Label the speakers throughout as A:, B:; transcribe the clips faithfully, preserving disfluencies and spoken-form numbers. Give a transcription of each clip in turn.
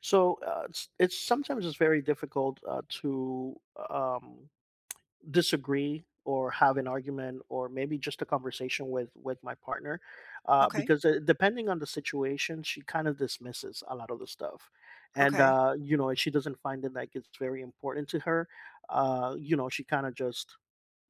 A: So uh, it's it's sometimes it's very difficult uh, to um, disagree or have an argument or maybe just a conversation with with my partner, uh,
B: Okay,
A: because uh, depending on the situation she kind of dismisses a lot of the stuff. And
B: okay.
A: uh, you know if she doesn't find it like it's very important to her, uh, you know she kind of just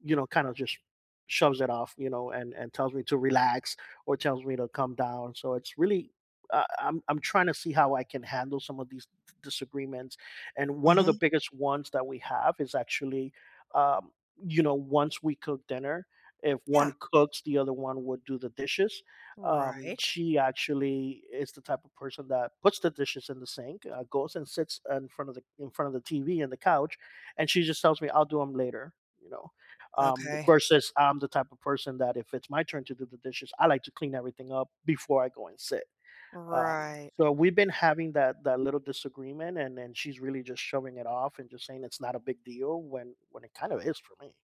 A: you know, kind of just shoves it off, you know, and and tells me to relax or tells me to come down. So it's really uh, I'm I'm trying to see how I can handle some of these d- disagreements. And one of the
B: Mhm.
A: biggest ones that we have is actually, um, you know, once we cook dinner, if one
B: Yeah.
A: cooks, the other one would do the dishes. Um,
B: Right.
A: she actually is the type of person that puts the dishes in the sink, uh, goes and sits in front of the in front of the T V and the couch, and she just tells me, "I'll do them later," you know um,
B: Okay.
A: versus I'm the type of person that if it's my turn to do the dishes, I like to clean everything up before I go and sit. Um,
B: Right.
A: so we've been having that that little disagreement, and and she's really just shoving it off and just saying it's not a big deal when when it kind of is for me.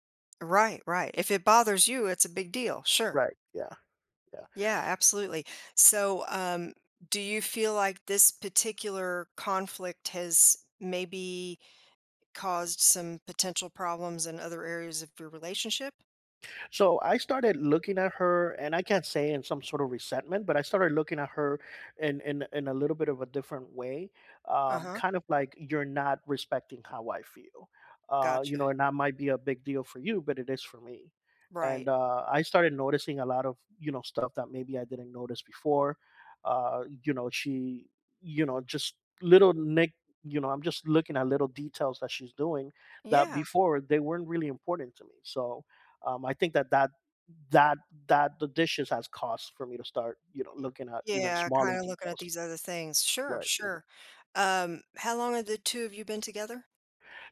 B: Right, right. If it bothers you, it's a big deal. Sure.
A: Right. Yeah. Yeah.
B: Yeah, absolutely. So, um, do you feel like this particular conflict has maybe caused some potential problems in other areas of your relationship?
A: So I started looking at her, and I can't say in some sort of resentment, but I started looking at her in in in a little bit of a different way, um,
B: Uh-huh.
A: kind of like, you're not respecting how I feel, uh, you
B: Gotcha.
A: know, and that might be a big deal for you, but it is for me. And
B: Right.
A: uh, I started noticing a lot of you know stuff that maybe I didn't notice before. Uh, you know, she, you know, just little nick. You know, I'm just looking at little details that she's doing that
B: Yeah.
A: before they weren't really important to me. So um, I think that that that that the dishes has cost for me to start you know
B: Y-
A: looking at even
B: Yeah,
A: smaller
B: kind of looking at
A: details.
B: these other things. Sure,
A: Right. Yeah.
B: sure. Um, how long have the two of you been together?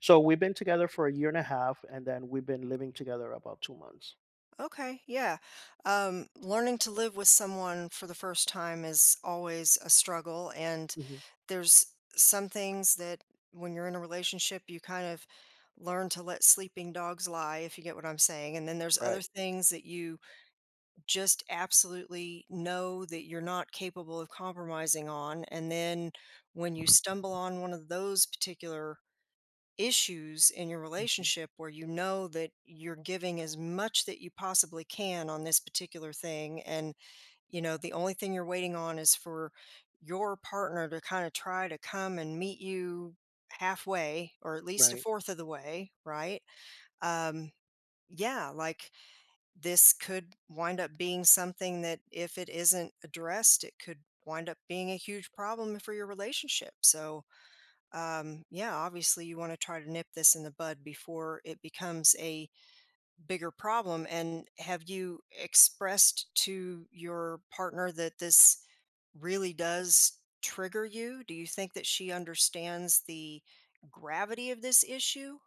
A: So we've been together for a year and a half, and then we've been living together about two months.
B: Okay, yeah. Um, learning to live with someone for the first time is always a struggle. And
A: Hmm.
B: there's some things that when you're in a relationship, you kind of learn to let sleeping dogs lie, if you get what I'm saying. And then there's other
A: Right.
B: things that you just absolutely know that you're not capable of compromising on. And then when you stumble on one of those particular issues in your
A: Hmm.
B: relationship where you know that you're giving as much that you possibly can on this particular thing, and you know the only thing you're waiting on is for your partner to kind of try to come and meet you halfway, or at least a
A: Right.
B: fourth of the way, right? Um, yeah, like this could wind up being something that if it isn't addressed, it could wind up being a huge problem for your relationship. So um, yeah, obviously you want to try to nip this in the bud before it becomes a bigger problem. And have you expressed to your partner that this really does trigger you? Do you think that she understands the gravity of this issue?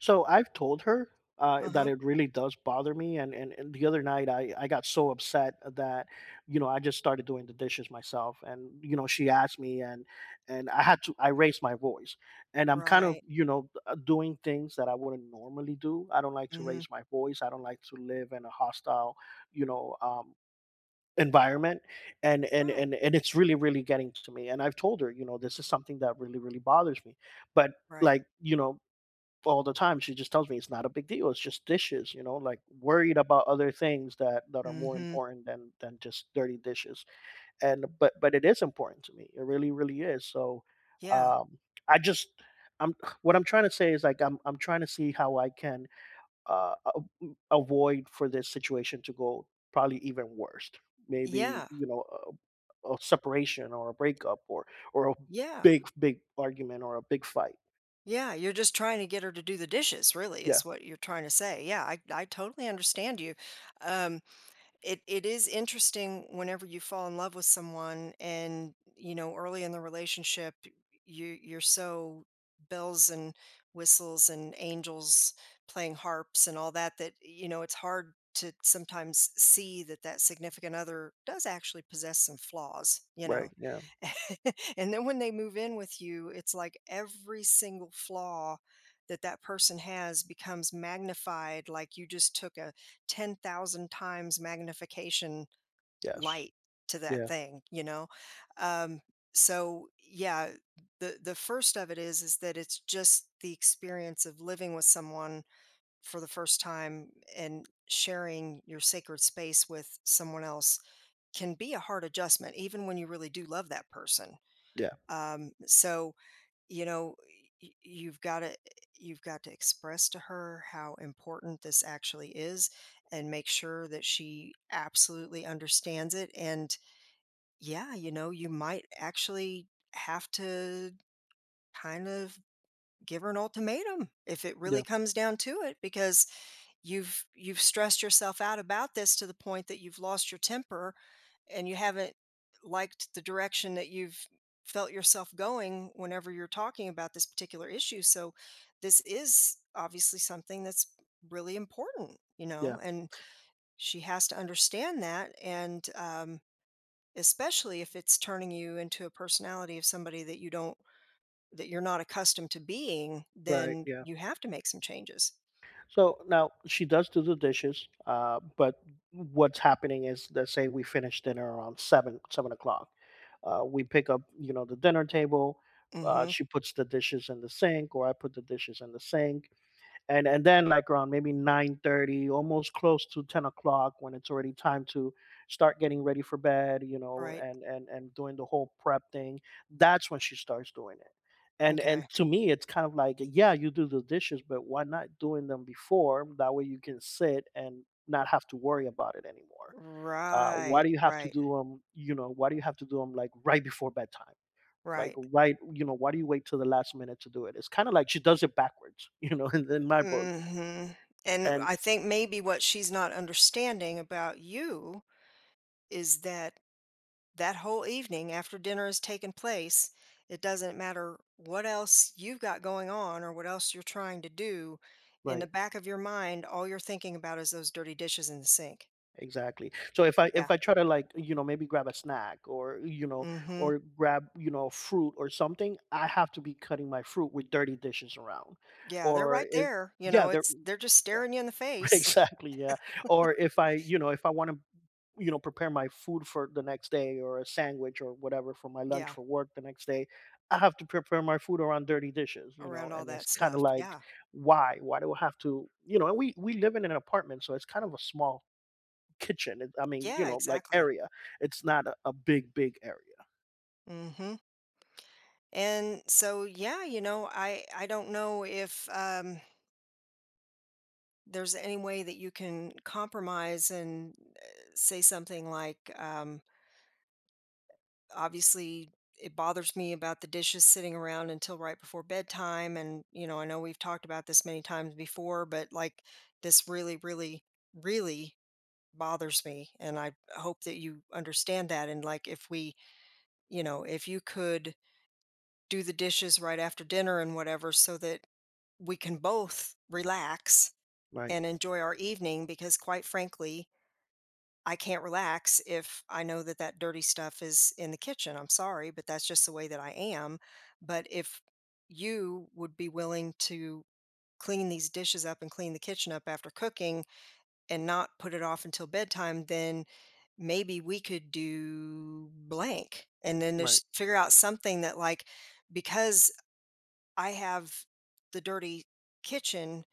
A: So I've told her uh,
B: Uh
A: that
B: huh.
A: it really does bother me, and, and and the other night I I got so upset that you know I just started doing the dishes myself, and you know she asked me, and and I had to I raised my voice, and I'm kind of
B: Right.
A: you know uh, doing things that I wouldn't normally do. I don't like to
B: Mm-hmm.
A: raise my voice. I don't like to live in a hostile, you know. Um, environment, and, and
B: Right.
A: and and it's really really getting to me, and I've told her, you know this is something that really really bothers me, but
B: Right.
A: like, you know all the time she just tells me it's not a big deal. It's just dishes, you know, like, worried about other things that that are more
B: Mm-hmm.
A: important than than just dirty dishes. And but but it is important to me. It really really is. So
B: Yeah.
A: um I just I'm what I'm trying to say is, like, I'm I'm trying to see how I can uh a- m- avoid for this situation to go probably even worse. Maybe,
B: Yeah.
A: you know, a, a separation or a breakup, or or a
B: Yeah.
A: big big argument or a big fight.
B: Yeah. You're just trying to get her to do the dishes, really,
A: Yeah,
B: is what you're trying to say. Yeah. I, I totally understand you. Um, it it is interesting whenever you fall in love with someone, and you know, early in the relationship, you you're so bells and whistles and angels playing harps and all that, that you know, it's hard to sometimes see that that significant other does actually possess some flaws, you
A: right.
B: know.
A: Yeah.
B: And then when they move in with you, it's like every single flaw that that person has becomes magnified, like you just took a ten thousand times magnification
A: Yes.
B: light to that
A: Yeah,
B: thing, you know? Um, so yeah, the the first of it is is that it's just the experience of living with someone for the first time and sharing your sacred space with someone else can be a hard adjustment even when you really do love that person.
A: yeah,
B: Um, so you know, y- you've got to, you've got to express to her how important this actually is and make sure that she absolutely understands it. And yeah, you know, you might actually have to kind of give her an ultimatum if it really
A: yeah,
B: comes down to it, because you've you've stressed yourself out about this to the point that you've lost your temper and you haven't liked the direction that you've felt yourself going whenever you're talking about this particular issue. So this is obviously something that's really important, you
A: yeah.
B: know, and she has to understand that. And um, especially if it's turning you into a personality of somebody that you don't, that you're not accustomed to being,
A: Right,
B: then
A: yeah.
B: you have to make some changes.
A: So now she does do the dishes, uh, but what's happening is, let's say we finish dinner around seven, seven o'clock. Uh, we pick up, you know, the dinner table. Uh,
B: Mm-hmm.
A: she puts the dishes in the sink, or I put the dishes in the sink. and and then, like, around maybe nine thirty, almost close to ten o'clock, when it's already time to start getting ready for bed, you know
B: Right.
A: and and and doing the whole prep thing, that's when she starts doing it. And and
B: Okay.
A: to me it's kind of like, yeah, you do the dishes, but why not doing them before, that way you can sit and not have to worry about it anymore. Uh, why
B: Right.
A: do you have to
B: Right.
A: do them, you know why do you have to do them, like, right before bedtime? Like,
B: Right.
A: right, you know why do you wait till the last minute to do it? It's kind of like she does it backwards, you know in, in, my book.
B: Mhm. And
A: And
B: I think maybe what she's not understanding about you is that that whole evening after dinner has taken place, it doesn't matter what else you've got going on or what else you're trying to do. In the
A: right,
B: back of your mind, all you're thinking about is those dirty dishes in the sink.
A: exactly. So if i
B: Yeah.
A: if i try to, like, you know maybe grab a snack, or you know
B: Hmm.
A: or grab, you know fruit or something, I have to be cutting my fruit with dirty dishes around.
B: Yeah, they're
A: Or
B: right
A: if,
B: there. You
A: yeah,
B: know,
A: there,
B: it's they're just
A: yeah,
B: staring you in the face.
A: exactly, yeah. Or if I you know if I want to, you know prepare my food for the next day, or a sandwich or whatever for my lunch
B: Yeah,
A: for work the next day. I have to prepare my food around dirty dishes, you know
B: around all
A: and it's
B: that
A: kind of
B: stuff.
A: like,
B: Yeah.
A: why why do I have to, you know and we we live in an apartment, so it's kind of a small kitchen. It, I mean, you
B: Yeah,
A: know like,
B: exactly.
A: area. It's not a, a big big area.
B: Hmm. And so, yeah, you know, I I don't know if um, there's any way that you can compromise and uh, say something like, um, obviously, it bothers me about the dishes sitting around until right before bedtime, and you know, I know we've talked about this many times before, but like this really, really, really bothers me, and I hope that you understand that. And like, if we, you know, if you could do the dishes right after dinner and whatever, so that we can both relax
A: Right.
B: and enjoy our evening, because quite frankly, I can't relax if I know that that dirty stuff is in the kitchen. I'm sorry, but that's just the way that I am. But if you would be willing to clean these dishes up and clean the kitchen up after cooking and not put it off until bedtime, then maybe we could do blank, and then
A: Right.
B: just figure out something that like, because I have the dirty kitchen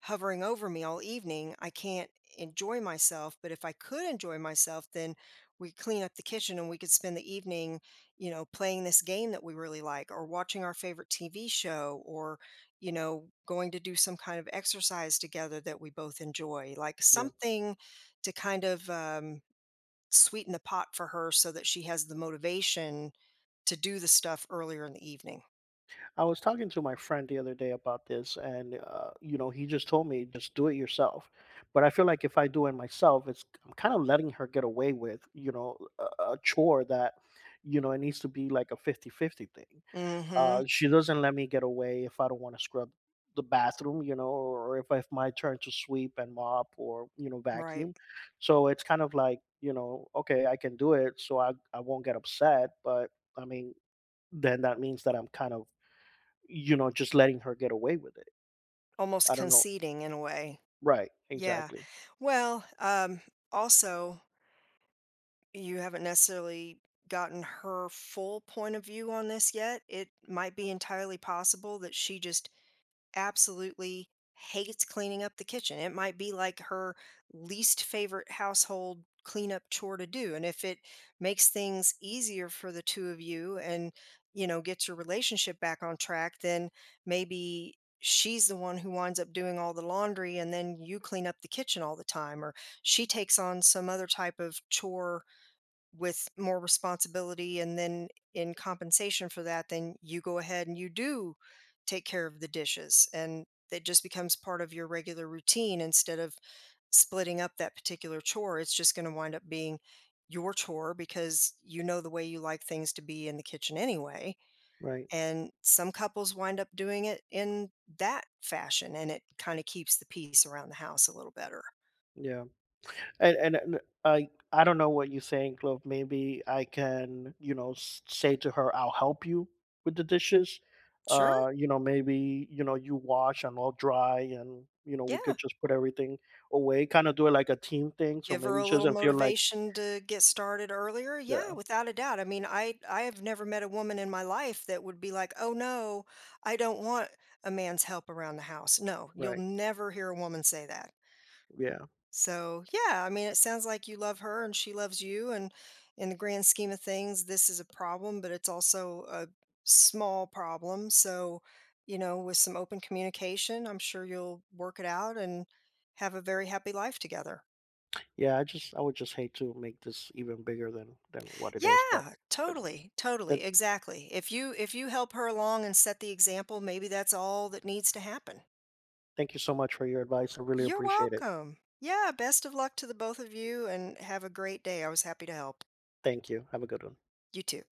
B: hovering over me all evening. I can't enjoy myself, but if I could enjoy myself, then we clean up the kitchen and we could spend the evening, you know, playing this game that we really like, or watching our favorite T V show, or, you know, going to do some kind of exercise together that we both enjoy, like
A: Yeah.
B: something to kind of um, sweeten the pot for her so that she has the motivation to do the stuff earlier in the evening.
A: I was talking to my friend the other day about this, and uh, you know, he just told me, just do it yourself. But I feel like if I do it myself, it's I'm kind of letting her get away with, you know a, a chore that you know it needs to be like a fifty-fifty thing.
B: Mm hmm.
A: Uh, she doesn't let me get away if I don't want to scrub the bathroom, you know, or if it's my turn to sweep and mop or you know
B: Right.
A: vacuum. So it's kind of like, you know, okay, I can do it, so I I won't get upset, but I mean, then that means that I'm kind of, you know, just letting her get away with it.
B: Almost
A: I don't know.
B: conceding in a way.
A: Right,
B: Yeah.
A: exactly.
B: Well, um, also, you haven't necessarily gotten her full point of view on this yet. It might be entirely possible that she just absolutely hates cleaning up the kitchen. It might be like her least favorite household cleanup chore to do. And if it makes things easier for the two of you, and, you know, gets your relationship back on track, then maybe she's the one who winds up doing all the laundry and then you clean up the kitchen all the time, or she takes on some other type of chore with more responsibility, and then in compensation for that, then you go ahead and you do take care of the dishes, and it just becomes part of your regular routine. Instead of splitting up that particular chore, it's just going to wind up being your chore because you know the way you like things to be in the kitchen anyway,
A: Right.
B: and some couples wind up doing it in that fashion, and it kind of keeps the peace around the house a little better.
A: Yeah. And and and I I don't know what you think. Look, maybe I can, you know, s- say to her, I'll help you with the dishes.
B: Sure.
A: Uh, you know, maybe, you know, you wash and I'll dry, and, you know, we
B: Yeah.
A: could just put everything away, kind of do it like a team thing. So
B: Give her
A: maybe
B: a
A: she
B: little
A: doesn't feel like.
B: motivation to get started earlier. Yeah,
A: Yeah,
B: without a doubt. I mean, I I have never met a woman in my life that would be like, "Oh no, I don't want a man's help around the house." No, you'll
A: right.
B: never hear a woman say that.
A: Yeah.
B: So, yeah, I mean, it sounds like you love her and she loves you, and in the grand scheme of things, this is a problem, but it's also a small problem. So, you know, with some open communication, I'm sure you'll work it out and have a very happy life together.
A: Yeah. I just I would just hate to make this even bigger than than what it is, but
B: Yeah,
A: but
B: totally,
A: but
B: totally, exactly. If you if you help her along and set the example, maybe that's all that needs to happen.
A: thank you so much for your advice. I really
B: You're
A: appreciate it.
B: welcome. Yeah, best of luck to the both of you, and have a great day. I was happy to help.
A: Thank you. Have a good one.
B: You too.